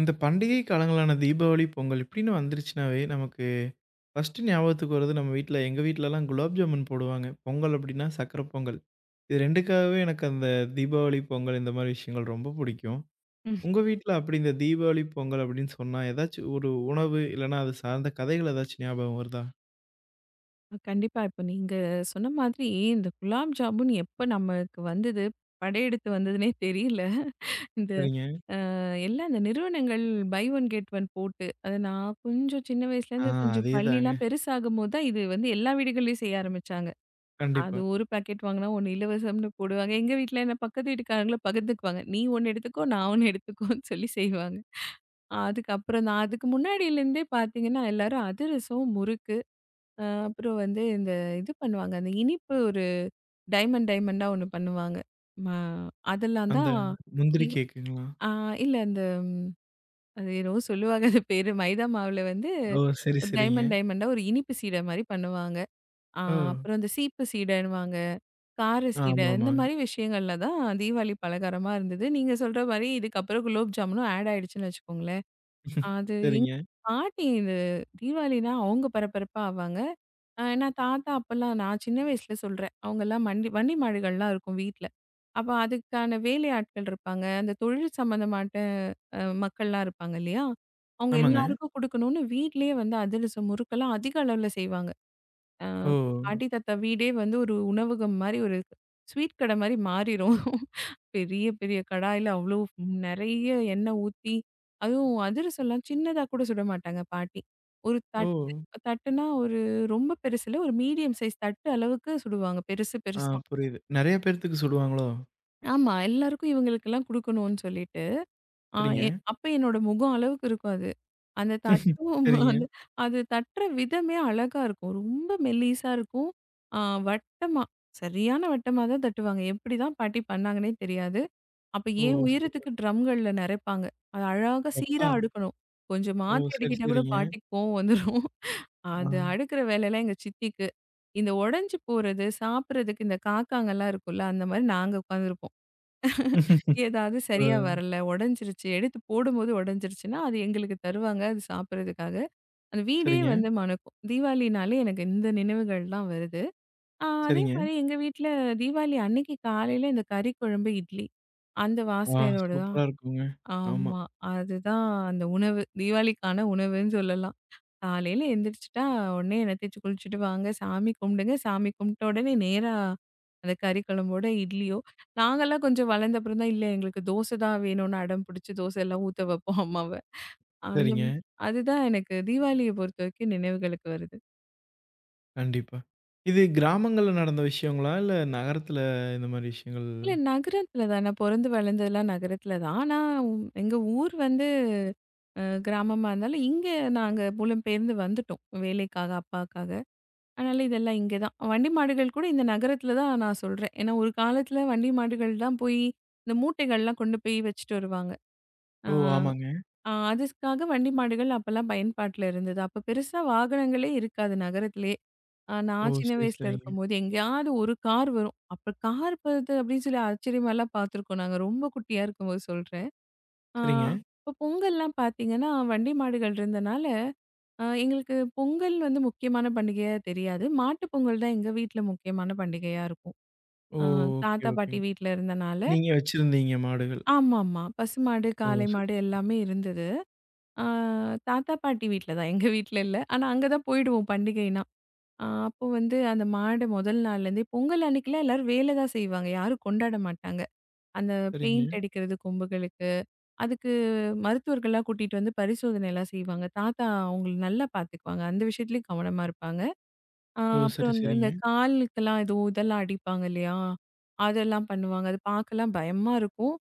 இந்த பண்டிகை காலங்களான தீபாவளி, பொங்கல் இப்படின்னு வந்துருச்சுனாவே, நமக்கு ஃபர்ஸ்ட்டு ஞாபகத்துக்கு வரது நம்ம வீட்ல எங்க வீட்லலாம் குலாப் ஜாமுன் போடுவாங்க. பொங்கல் அப்படின்னா சர்க்கரை பொங்கல். இது 2க்காகவே எனக்கு அந்த தீபாவளி, பொங்கல் இந்த மாரி விஷயங்கள் ரொம்ப பிடிக்கும். ம். உங்க வீட்ல அப்படி இந்த தீபாவளி, பொங்கல் அப்படின்னு சொன்னா ஏதாச்சும் ஒரு உணவு இல்லன்னா அது சார்ந்த கதைகள் ஏதாச்சும் ஞாபகம் வருதா? கண்டிப்பா. இப்ப நீங்க சொன்ன மாதிரி, இந்த குலாப் ஜாமுன் எப்ப நமக்கு வந்தது, படையெடுத்து வந்ததுன்னே தெரியல. இந்த சரிங்க. எல்லாம் இந்த நிறுவனங்கள் பை ஒன் கெட் ஒன் போட்டு, அது நான் கொஞ்சம் சின்ன ஆ வயசுலேருந்து கொஞ்சம் அதேதாங்க. பள்ளிலாம் பெருசாகும்போது தான், இது வந்து எல்லா வீடுகள்லயும் செய்ய ஆரம்பிச்சாங்க. அது கண்டிப்பா. ஒரு பாக்கெட் வாங்குனா, 1 இலவசம்னு போடுவாங்க. எங்க வீட்ல என்ன பக்கத்து வீட்டுக்காரங்களும் பகிர்ந்துக்குவாங்க. "நீ 1 எடுத்துக்கோ, நான் 1 எடுத்துக்கோன்னு" சொல்லி செய்வாங்க. அதுக்கப்புறம் தான், அதுக்கு முன்னாடிலேருந்தே பார்த்தீங்கன்னா, எல்லாரும் அதிரசம், முறுக்கு, அப்புறம் வந்து இந்த இது பண்ணுவாங்க. அந்த இனிப்பு ஒரு டைமண்ட் டைமண்டா ஒண்ணு பண்ணுவாங்க. ம அதெல்லாம் அந்த தான். இ முந்திரி கேக்குங்களா? ஆ இல்ல அந்த ம், அது என்னவோ சொல்லுவாங்க அது பேரு. மைதா மாவுல வந்து ஓ! சரி, ஒரு சரிங்க. டைமண்ட் டைமண்டா ஒரு இனிப்பு சீடை மாரி பண்ணுவாங்க. ஆ ஓ! அப்புறம் இந்த சீப்பு சீடைன்னுவாங்க, கார சீடை, இந்த ஆமாமாங்க. மாரி விஷயங்கள்ல தான் தீபாவளி பலகாரமா இருந்தது. நீங்க சொல்ற மாரி இதுக்கப்புறம் குலோப் ஜாமுனும் ஆட் ஆயிடுச்சுன்னு வச்சுக்கோங்களேன். அது எங்க சரிங்க. பாட்டி, இது தீபாவளினா அவங்க பரபரப்பா ஆவாங்க. ஏன்னா தாத்தா அப்பல்லாம், நான் சின்ன வயசுல சொல்றேன், அவங்கலாம் மண்டி வண்டி மாடுகள்லாம் இருக்கும் வீட்ல. அப்ப அதுக்கான வேலையாட்கள் இருப்பாங்க. அந்த தொழில் சம்மந்தமாட்ட மக்கள்லாம் இருப்பாங்க இல்லையா? அவங்க ஆமாங்க. எல்லாருக்கும் குடுக்கணும்னு வீட்லயே வந்து அதிரசம், முறுக்கெல்லாம் அதிக அளவுல செய்வாங்க. அ ஓ! பாட்டி, தாத்தா வீடே வந்து ஒரு உணவகம் மாரி, ஒரு ஸ்வீட் கடை மாரி மாறிரும். பெரிய, பெரிய கடாயில அவ்ளோ நெறைய எண்ணெய் ஊத்தி, அதுவும் அதிரசம்லாம் சின்னதா கூட சுட மாட்டாங்க பாட்டி. ஒரு தட்டு, ஓ! தட்டுனா ஒரு ரொம்ப பெருசு இல்ல, ஒரு மீடியம் சைஸ் தட்டு அளவுக்கு சுடுவாங்க. பெருசு ஆ பெருசா. புரியுது. நெறைய பேர்த்துக்கு சுடுவாங்களோ? ஆமா. எல்லாருக்கும் இவங்களுக்கெல்லாம் குடுக்கணும்னு சொல்லிட்டு. ஆ சரிங்க. எ அப்ப என்னோட முகம் அளவுக்கு இருக்கும் அது. அந்த தட்டும் சரிங்க. அந்த அது தட்டுற விதமே அழகா இருக்கும். ரொம்ப மெல்லிசா இருக்கும். ஆ வட்டமா, சரியான வட்டமா தான் தட்டுவாங்க. எப்படிதான் பாட்டி பண்ணாங்கன்னே தெரியாது. அப்ப ஓ! என் சூப்பர். உயரத்துக்கு ட்ரம்கள்ல நெறைப்பாங்க. அது அழகா அப்பா! சீரா அடுக்கணும். கொஞ்சம் ஓ! மாத்தி சரி, அடுக்கிட்டா கூட சரிங்க. பாட்டிக்கு கோவம் வந்துரும். ஆ. அது அடுக்குற வேலைலாம் எங்க சித்திக்கு. இந்த உடைஞ்சு போறது, சாப்பிடுறதுக்கு இந்த காக்காங்கலாம் இருக்கும்ல, அந்த மாரி நாங்க உட்காந்துருப்போம். ஏதாவது ஆ. சரியா வரல, உடைஞ்சிருச்சு. எடுத்து போடும்போது உடைஞ்சிருச்சுன்னா, அது எங்களுக்கு தருவாங்க. அது சாப்பிடுறதுக்காக. அந்த வீடே சரிங்க, வந்து மணக்கும். தீபாவளினாலே எனக்கு இந்த நினைவுகள்லாம் வருது. அதே சரிங்க. மாரி எங்க வீட்ல தீபாவளி அன்னைக்கு காலையில இந்த கறி குழம்பு, இட்லி. அந்த ஆ வாசனையோட தான். சூப்பரா இருக்குங்க. ஆமா. ஆமா. அதுதான் அந்த உணவு. தீபாவளிக்கான உணவுன்னு சொல்லலாம். காலையில எந்திரிச்சுட்டா உடனே என்ன தேய்ச்சி குளிச்சுட்டு வாங்க, சாமி கும்பிடுங்க. சாமி கும்பிட்ட உடனே நேரா அந்த கறி குழம்போட இட்லியோ. நாங்கலாம் கொஞ்சம் வளர்ந்த அப்புறம் தான், இல்ல எங்களுக்கு தோசை தான் வேணும்னு அடம் பிடிச்சு தோசை எல்லாம் ஊத்த வைப்போம் அம்மாவ. அந்த சரிங்க. ம்- அதுதான் எனக்கு தீபாவளிய பொறுத்தவரைக்கும் நினைவுகளுக்கு வருது. கண்டிப்பா. இது கிராமங்கள்ல நடந்த விஷயங்களா? இல்ல நகரத்துல இந்த மாரி விஷயங்கள்? இல்ல, நகரத்துல தான் நான் பொறந்து வளர்ந்ததெல்லாம் நகரத்துல தான். ஆனா எங்க ஊர் வந்து கிராமமா இருந்தாலும், இங்க நாங்க புலம்பெயர்ந்து வந்துட்டோம் வேலைக்காக, அப்பாக்காக. அதனால இதெல்லாம் இங்கே தான். வண்டி மாடுகள் கூட இந்த நகரத்தில தான், நான் சொல்றேன். ஏன்னா ஒரு காலத்தில வண்டி மாடுகள் தான் போய் இந்த மூட்டைகள்லாம் கொண்டு போய் வச்சுட்டு வருவாங்க. ஆ ஓ! ஆமாங்க. அதுக்காக வண்டி மாடுகள் அப்பலாம் பயன்பாட்டில இருந்தது. அப்போ பெருசா வாகனங்களே இருக்காது நகரத்திலேயே. ஓ! நான் சின்ன சரி, வயசுல சரிங்க. இருக்கும்போது எங்கேயாவது ஒரு கார் வரும். அப்போ கார் வருது அப்படின்னு சொல்லி ஆச்சரியமாலாம் பார்த்துருக்கோம். நாங்க ரொம்ப குட்டியா இருக்கும்போது சொல்றேன். ஆ சரிங்க. இப்போ பொங்கல்லாம் பார்த்தீங்கன்னா, வண்டி மாடுகள் இருந்தனால ஆ எங்களுக்கு பொங்கல் வந்து முக்கியமான பண்டிகையா தெரியாது. மாட்டு பொங்கல் தான் எங்க வீட்ல முக்கியமான பண்டிகையா இருக்கும். ஓ! அ ஓகே, தாத்தா, பாட்டி ஓகேங்க. வீட்ல இருந்தனால. நீங்க வச்சிருந்தீங்க மாடுகள். ஆமாமா. பசுமாடு, ஓ! காளை சரி, மாடு எல்லாமே இருந்தது. ஆ தாத்தா, பாட்டி வீட்ல தான். எங்க வீட்ல இல்ல. ஆனா அங்க தான் போயிடுவோம் பண்டிகைன்னா. அப்போ வந்து அந்த மாடு முதல் நாள்லேருந்தே பொங்கல் அன்னைக்குலாம் எல்லாரும் வேலை தான் செய்வாங்க. யாரும் கொண்டாட மாட்டாங்க. அந்த சரிங்க. பெயிண்ட் அடிக்கிறது கொம்புகளுக்கு, அதுக்கு மருத்துவர்கள்லாம் கூட்டிட்டு வந்து பரிசோதனைலாம் செய்வாங்க. தாத்தா அவங்கள நல்லா பார்த்துக்குவாங்க. அந்த விஷயத்துலயும் கவனமா இருப்பாங்க. ஆ ஓ! அப்புறம் சரி, வந்து சரிங்க. இந்த காலுக்கெல்லாம் ஏதோ இதெல்லாம் அடிப்பாங்க இல்லையா? அதெல்லாம் பண்ணுவாங்க. அது பார்க்கலாம் பயமா இருக்கும்.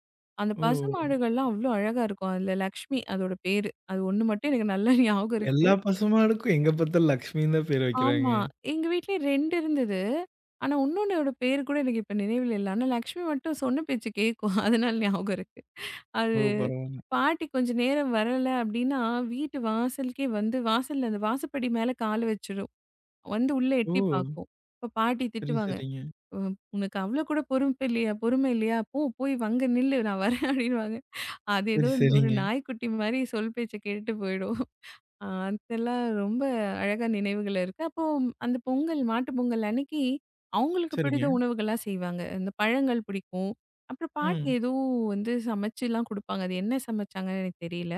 அந்த ஓ! பசுமாடுகள்லாம் அவ்ளோ அழகா இருக்கும். அதுல லக்ஷ்மி அதோட பேரு. அது ஒண்ணு மட்டும் எனக்கு நல்லா ஞாபகம் இருக்கு. எல்லா பசுமாடுக்கும் எங்க பாத்தாலும் லக்ஷ்மின்னு தான் பேர் வைக்கிறாங்க. ஆமா. எங்க வீட்லயே 2 இருந்தது. ஆனா, இன்னொன்னோட பேரு கூட எனக்கு இப்ப நினைவில் இல்ல. ஆனா, லக்ஷ்மி மட்டும் சொன்ன பேச்சு கேட்கும். அதனால ஞாபகம் இருக்கு. அது ஓ! பரவால்ல. பாட்டி கொஞ்ச நேரம் வரல அப்டின்னா, வீட்டு வாசலுக்கே வந்து வாசல்ல அந்த வாசப்படி மேல கால வச்சிரும். வந்து உள்ள ஓ! எட்டி பார்க்கும். அப்ப பாட்டி சரி, திட்டுவாங்க. சரிங்க. "ம், உனக்கு அவ்வளோ கூட பொறுப்பு இல்லையா? பொறுமை இல்லையா? போ, போய் அங்க நில்லு, நான் வரேன்" அப்படின்னுவாங்க. அது ஏதோ சரி, ஒரு சரிங்க. நாய்க்குட்டி மாரி சொல் பேச்ச கேட்டுட்டு போயிடும். அ அதெல்லாம் ரொம்ப அழகா நினைவுகள் இருக்கு. அப்போ அந்த பொங்கல், மாட்டு பொங்கல் அன்னைக்கு அவங்களுக்கு சரிங்க. பிடித்த உணவுகளா செய்வாங்க. இந்த பழங்கள் பிடிக்கும். அப்புறம் பாட்டி ம். ஏதோ வந்து சமைச்சுலாம் குடுப்பாங்க. அது என்ன சமைச்சாங்கன்னு எனக்கு தெரியல.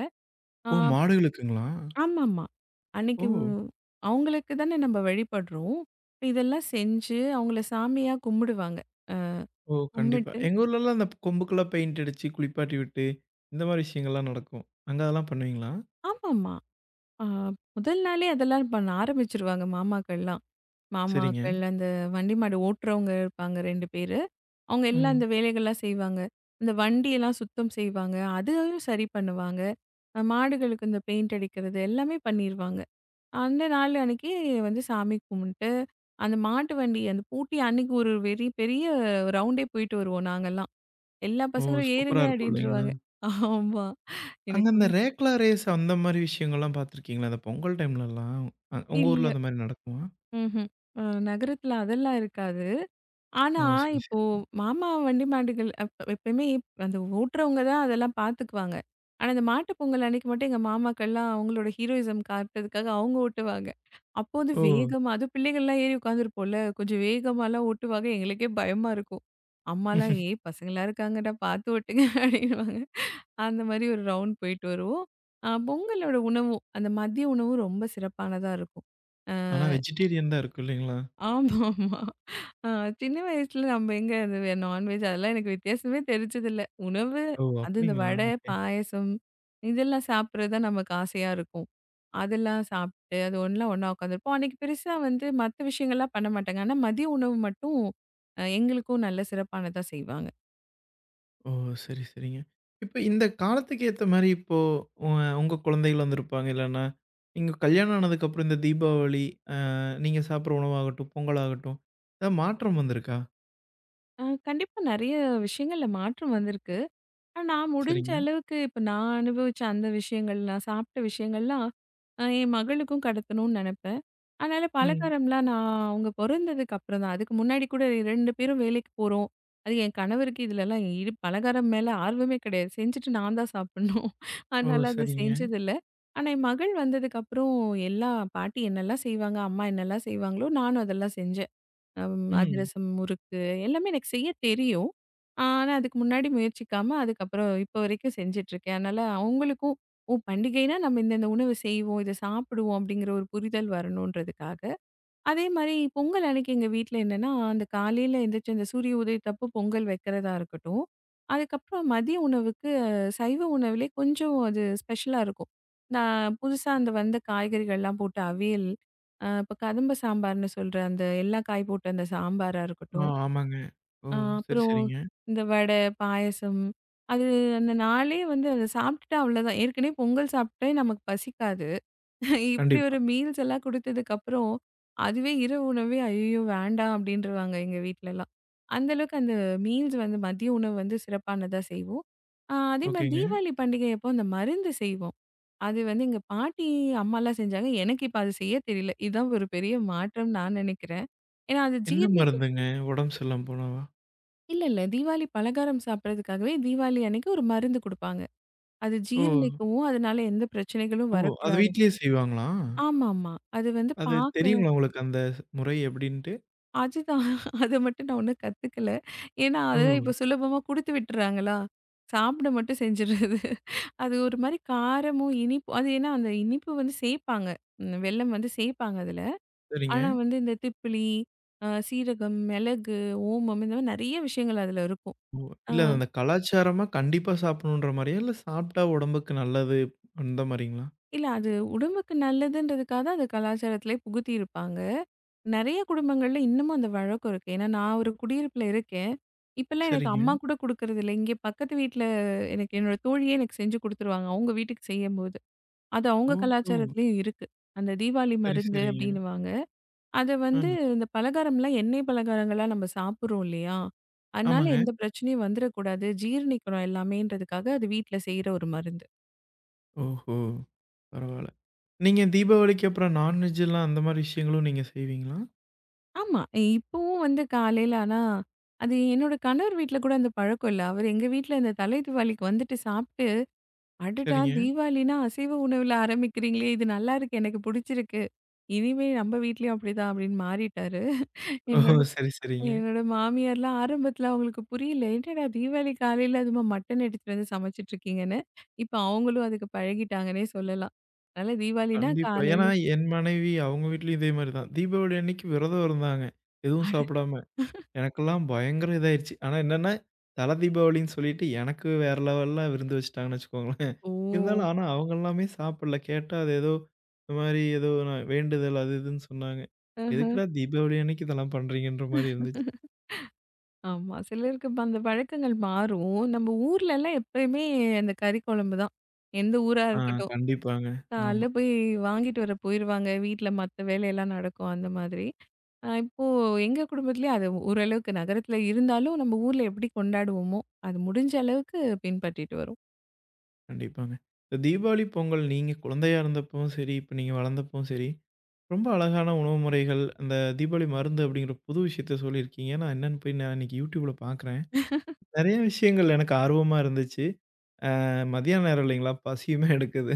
ஆ ஓ! மாடுகளுக்குங்களா? ஆமாமா. ஓ! அன்னைக்கு அவங்களுக்கு தானே நம்ம வழிபடுறோம். இப்ப இதெல்லாம் செஞ்சு அவங்கள சாமியா கும்பிடுவாங்க. அ ஓ! கண்டிப்பா. கும்பிட்டு. எங்க ஊர்லலாம் அந்த கொம்புக்கெல்லாம் பெயிண்ட் அடிச்சு, குளிப்பாட்டி விட்டு, இந்த மாரி விஷயங்கள்லாம் நடக்கும். அங்க அதெல்லாம் பண்ணுவீங்களா? ஆமாமா. ஆ முதல் நாளே அதெல்லாம் பண்ண ஆரம்பிச்சுருவாங்க மாமாக்கள்லாம். சரிங்க. மாமாக்கள், அந்த வண்டி மாடு ஓட்டுறவங்க இருப்பாங்க 2 பேரு. அவங்க எல்லாம் ம். அந்த வேலைகள்லாம் செய்வாங்க. இந்த வண்டியெல்லாம் சுத்தம் செய்வாங்க. அதையும் சரி பண்ணுவாங்க. மாடுகளுக்கு இந்த பெயிண்ட் அடிக்கிறது எல்லாமே பண்ணிருவாங்க. அந்த நாள் அன்னைக்கு வந்து சாமி கும்பிட்டு, அந்த மாட்டு வண்டி அந்த பூட்டி அன்னைக்கு ஒரு வெறி பெரிய ரவுண்டே போயிட்டு வருவோம் நாங்கலாம். எல்லா ஓ! பசங்களும் ஏறுங்க சூப்பரா இருக்கும் இல்லைங்களா? அப்படின்ருவாங்க. ஆமா. அங்க எனக்கு அந்த உண் ரேக்ளா ரேஸ் அந்த மாரி விஷயங்கள்லாம் பாத்துருக்கீங்களா? அந்த பொங்கல் டைம்லலாம். உங்க ஊர்ல இல்ல. அந்த மாரி நடக்குமா? ம்ஹ்ம். அ நகரத்துல அதெல்லாம் இருக்காது. ஓ! ஆனா, சரி, இப்போ சரி. மாமா வண்டி மாடுகள் எப்பயுமே அந்த ஓட்டுறவங்க தான் அதெல்லாம் பார்த்துக்குவாங்க. ஆனா, இந்த மாட்டு பொங்கல் அன்னைக்கு மட்டும் எங்க மாமாக்கள்லாம் அவங்களோட ஹீரோயிசம் காட்டுறதுக்காக அவங்க ஓட்டுவாங்க. அப்போ வந்து ஓ! வேகமா, அதுவும் பிள்ளைகள்லாம் ஏறி உட்காந்துருப்போம்ல, கொஞ்சம் வேகமாலாம் ஓட்டுவாங்க. எங்களுக்கே பயமா இருக்கும். அம்மாலாம் "ஏய் பசங்களா இருக்காங்கடா, பார்த்து ஓட்டுங்க" அப்படின்னுவாங்க. அந்த மாதிரி ஒரு ரவுண்ட் போயிட்டு வருவோம். அ பொங்கலோட உணவும், அந்த மதிய உணவும் ரொம்ப சிறப்பானதா இருக்கும். அ ஆனா வெஜிடேரியன் தான் இருக்கும் இல்லைங்களா? ஆமாமா. ஆ சின்ன வயசுல நம்ம எங்க அது நான்வெஜ் அதெல்லாம் எனக்கு வித்தியாசமே தெரிஞ்சதில்ல. உணவு ஓ! அது இந்த அப்டிங்களா? வடை, ஓகே. பாயாசம், இதெல்லாம் சாப்பிடுறது தான் நமக்கு ஆசையா இருக்கும். அதெல்லாம் சாப்பிட்டு அது ஒண்ணா ஒண்ணா உட்காந்துருப்போம். அன்னைக்கு பெருசா வந்து மத்த விஷயங்கள்லாம் பண்ண மாட்டாங்க. ஆனா மதிய உணவு மட்டும் அ எங்களுக்கும் நல்ல சிறப்பானதா செய்வாங்க. ஓ! சரி, சரிங்க. இப்ப இந்த காலத்துக்கு ஏத்த மாரி இப்போ உ உங்க குழந்தைகள் வந்திருப்பாங்க. இல்லன்னா, நீங்க கல்யாணம் ஆனதுக்கப்புறம் இந்த தீபாவளி, அ நீங்க சாப்பிடுற உணவாகட்டும், பொங்கல் ஆகட்டும், ஏதாவது மாற்றம் வந்திருக்கா? அ கண்டிப்பா நெறைய விஷயங்கள்ல மாற்றம் வந்திருக்கு. ஆனா, நான் முடிஞ்ச சரிங்க. அளவுக்கு இப்ப நான் அனுபவிச்ச அந்த விஷயங்கள், நான் சாப்பிட்ட விஷயங்கள்லாம் அ என் மகளுக்கும் கடத்தணும்னு நெனப்பேன். அதனால ம். பலகாரம்லாம் நான் அவங்க பொறந்ததுக்கு அப்புறம் தான். அதுக்கு முன்னாடி கூட 2 பேரும் வேலைக்கு போறோம். அது என் கணவருக்கு இதுலலாம் ஈடு, பலகாரம் மேல ஆர்வமே கிடையாது. செஞ்சுட்டு நான் தான் சாப்பிடணும். ஓ! அதனால அத சரிங்க. செஞ்சதில்ல. ஆனா, என் மகள் வந்ததுக்கப்புறம் எல்லா பாட்டி என்னெல்லாம் செய்வாங்க, அம்மா என்னெல்லாம் செய்வாங்களோ, நானும் அதெல்லாம் செஞ்சேன். ம். அதிரசம், முறுக்கு, எல்லாமே எனக்கு செய்ய தெரியும். ஆனா, அதுக்கு முன்னாடி முயற்சிக்காம, அதுக்கப்புறம் இப்போ வரைக்கும் செஞ்சுட்டுருக்கேன். அதனால அவங்களுக்கும், ஓ, பண்டிகைன்னா நம்ம இந்த இந்த உணவு செய்வோம், இத சாப்பிடுவோம் அப்படிங்கிற ஒரு புரிதல் வரணுன்றதுக்காக. அதே மாரி பொங்கல் அன்னைக்கு எங்க வீட்ல என்னன்னா, அந்த காலையில எந்திரிச்சு அந்த சூரிய உதயத்தப்போ பொங்கல் வைக்கிறதா இருக்கட்டும். அதுக்கப்புறம் மதிய உணவுக்கு சைவ உணவுலே கொஞ்சம் அது ஸ்பெஷலா இருக்கும். நான் புதுசா அந்த வந்த காய்கறிகள்லாம் போட்டு அவியல், அ இப்ப கதம்ப சாம்பார்ன்னு சொல்ற அந்த எல்லா காய் போட்டு அந்த சாம்பாரா இருக்கட்டும். ஆமாங்க. ஓ! அ சரி, அப்புறம் சரிங்க. இந்த வடை, பாயாசம், அது அந்த நாளே வந்து அத சாப்பிட்டுட்டா அவ்வளோதான். ஏற்கனவே பொங்கல் சாப்பிட்டே நமக்கு பசிக்காது. இப்படி கண்டிப்பா. ஒரு மீல்ஸ் எல்லாம் குடுத்ததுக்கப்புறம், அதுவே இரவு உணவே "ஐயய்யோ! வேண்டாம்" அப்படின்ருவாங்க எங்க வீட்லலாம். அந்த அளவுக்கு அந்த மீல்ஸ் வந்து மதிய உணவு வந்து சிறப்பானதா செய்வோம். அ அதே மாரி ஓகேங்க. தீபாவளி பண்டிகை அப்போ அந்த மருந்து செய்வோம். அது வந்து எங்க பாட்டி, அம்மாலாம் செஞ்சாங்க. எனக்கு இப்ப அது செய்ய தெரியல. இதுதான் ஒரு பெரிய மாற்றம் நான் நினைக்கிறேன். ஏன்னா அது என்ன ஜீரணிக்கும். மருந்துங்க? உடம்பு சரியில்லாம போனவா? இல்ல, இல்ல. தீபாவளி பலகாரம் சாப்பிடுறதுக்காகவே தீபாவளி அன்னைக்கு ஒரு மருந்து குடுப்பாங்க. அது ஓ! ஜீரணிக்கவும், அதனால எந்த பிரச்சனைகளும் ஓ! அது வரக்கூடாது. வீட்லயே செய்வாங்களா? ஆமாமா. அது வந்து அது பாக்க தெரியுங்களா உங்களுக்கு அந்த முறை எப்டின்ட்டு? அதுதான். அத மட்டும் நான் ஒண்ணும் கத்துக்கல. ஏன்னா, ஓ! அதெல்லாம் இப்போ சுலபமா குடுத்து விட்டுறாங்களா, சாப்பிட மட்டும் செஞ்சுடுறது. அது ஒரு மாரி காரமும், இனிப்பும், அது ஏன்னா அந்த இனிப்பு வந்து சேப்பாங்க. ம், வெல்லம் வந்து சேப்பாங்க அதுல. சரிங்க. ஆனா வந்து இந்த திப்பிலி, அ சீரகம், மிளகு, ஓமம், இந்த மாரி நெறைய விஷயங்கள் அதுல இருக்கும். ஓ! அ. இல்ல அது அந்த கலாச்சாரமா கண்டிப்பா சாப்பிடணுன்ற மாரியா? இல்ல சாப்பிட்டா உடம்புக்கு நல்லது அந்த மாரிங்களா? இல்ல, அது உடம்புக்கு நல்லதுன்றதுக்காக தான் அது கலாச்சாரத்திலே புகுத்தியிருப்பாங்க. நெறைய குடும்பங்கள்ல இன்னமும் அந்த வழக்கம் இருக்கு. ஏன்னா நான் ஒரு குடியிருப்புல இருக்கேன். இப்பலாம் எனக்கு சரிங்க. அம்மா கூட குடுக்குறதில்ல. இங்கே பக்கத்து வீட்ல எனக்கு என்னோட தோழியே எனக்கு செஞ்சு குடுத்துருவாங்க. அவங்க வீட்டுக்கு செய்யும்போது. அது அவங்க ஓஹோ! கலாச்சாரத்திலயும் இருக்கு. அந்த தீபாவளி சரி, மருந்து சரிங்க. அப்டின்னுவாங்க. அத வந்து ம். இந்த பலகாரம்லாம் எண்ணெய் பலகாரங்களா நம்ம சாப்பிடுறோம் இல்லையா? அதனால ஆமாங்க. எந்த பிரச்சனையும் வந்துரக்கூடாது. ஜீரணிக்கணும் எல்லாமேன்றதுக்காக அது வீட்ல செய்ற ஒரு மருந்து. ஓஹோ! பரவால்ல. நீங்க தீபாவளிக்கு அப்புறம் நான்வெஜ்லாம் அந்த மாரி விஷயங்களும் நீங்க செய்வீங்களா? ஆமா. இப்பவும் வந்து காலையில, ஆனா, அது என்னோட கணவர் வீட்ல கூட அந்த பழக்கம் இல்ல. அவரு எங்க வீட்ல இந்த தலை தீபாவளிக்கு வந்துட்டு சாப்ட்டு, "அடடா! சரிங்க. தீபாவளின்னா அசைவ உணவுல ஆரம்பிக்கிறீங்களே! இது நல்லாருக்கு. எனக்கு புடிச்சிருக்கு. இனிமே நம்ம வீட்லயும் அப்படிதான்" அப்படின்னு மாறிட்டாரு. ஓஹோ! என்னோட சரி, சரிங்க. என்னோட மாமியார்லாம் ஆரம்பத்துல அவங்களுக்கு புரியல. "என்னடா தீபாவளி காலையில அதுமா மட்டன் எடுத்துட்டு வந்து சமைச்சுட்டு இருக்கீங்கன்னு." இப்ப அவங்களும் அதுக்கு பழகிட்டாங்கன்னே சொல்லலாம். அதனால தீபாவளின்னா கண்டிப்பா. ஏன்னா காலையில. என் மனைவி அவங்க வீட்லயும் இதே மாரி தான். தீபாவளி அன்னைக்கு விரதம் இருந்தாங்க. எதுவும் அட! சாப்பிடாம. எனக்கெல்லாம் பயங்கர இதாயிருச்சு. ஆனா என்னன்னா, தல தீபாவளின்னு சொல்லிட்டு எனக்கு வேற லெவல்ல விருந்து வச்சுட்டாங்கன்னு வச்சுக்கோங்களேன். ஓ! இருந்தாலும் ஆனா அவங்க எல்லாமே சாப்பிடல. கேட்டா அது ஏதோ இந்த மாரி ஏதோ நான் வேண்டுதல் அது இதுன்னு சொன்னாங்க. ஆஹ. எதுக்குடா தீபாவளி அன்னைக்கு இதெல்லாம் பண்றீங்கன்ற மாரி இருந்துச்சு. ஆமா. சிலருக்கு இப்ப அந்த பழக்கங்கள் மாறும். நம்ம ஊர்லலாம் எப்பயுமே அந்த கறி குழம்பு தான். எந்த ஊரா ஆ இருக்கட்டும். கண்டிப்பாங்க. ஆமா, காலைல போய் வாங்கிட்டு வர போயிருவாங்க. வீட்ல மத்த வேலையெல்லாம் நடக்கும் அந்த மாதிரி. அ இப்போ எங்க குடும்பத்திலயும் அது ஓரளவுக்கு நகரத்துல இருந்தாலும், நம்ம ஊர்ல எப்படி கொண்டாடுவோமோ, அது முடிஞ்ச அளவுக்கு பின்பற்றிட்டு வரோம். கண்டிப்பாங்க. இந்த தீபாவளி, பொங்கல் நீங்க குழந்தையா இருந்தப்பவும் சரி, இப்ப நீங்க வளர்ந்தப்பவும் சரி, ரொம்ப அழகான உணவு முறைகள், அந்த தீபாவளி மருந்து அப்படிங்கிற புது விஷயத்த சொல்லியிருக்கீங்க. நான் என்னன்னு போய் நான் இன்னைக்கு YouTubeல பார்க்குறேன். நெறைய விஷயங்கள் எனக்கு ஆர்வமா இருந்துச்சு. மதியான நேரம் இல்லைங்களா? பசியுமே எடுக்குது.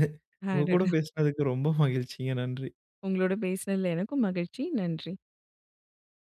உங்க கூட அடடா! பேசினதுக்கு ரொம்ப மகிழ்ச்சிங்க. நன்றி. உங்களோட பேசினதுல எனக்கும் மகிழ்ச்சி. நன்றி.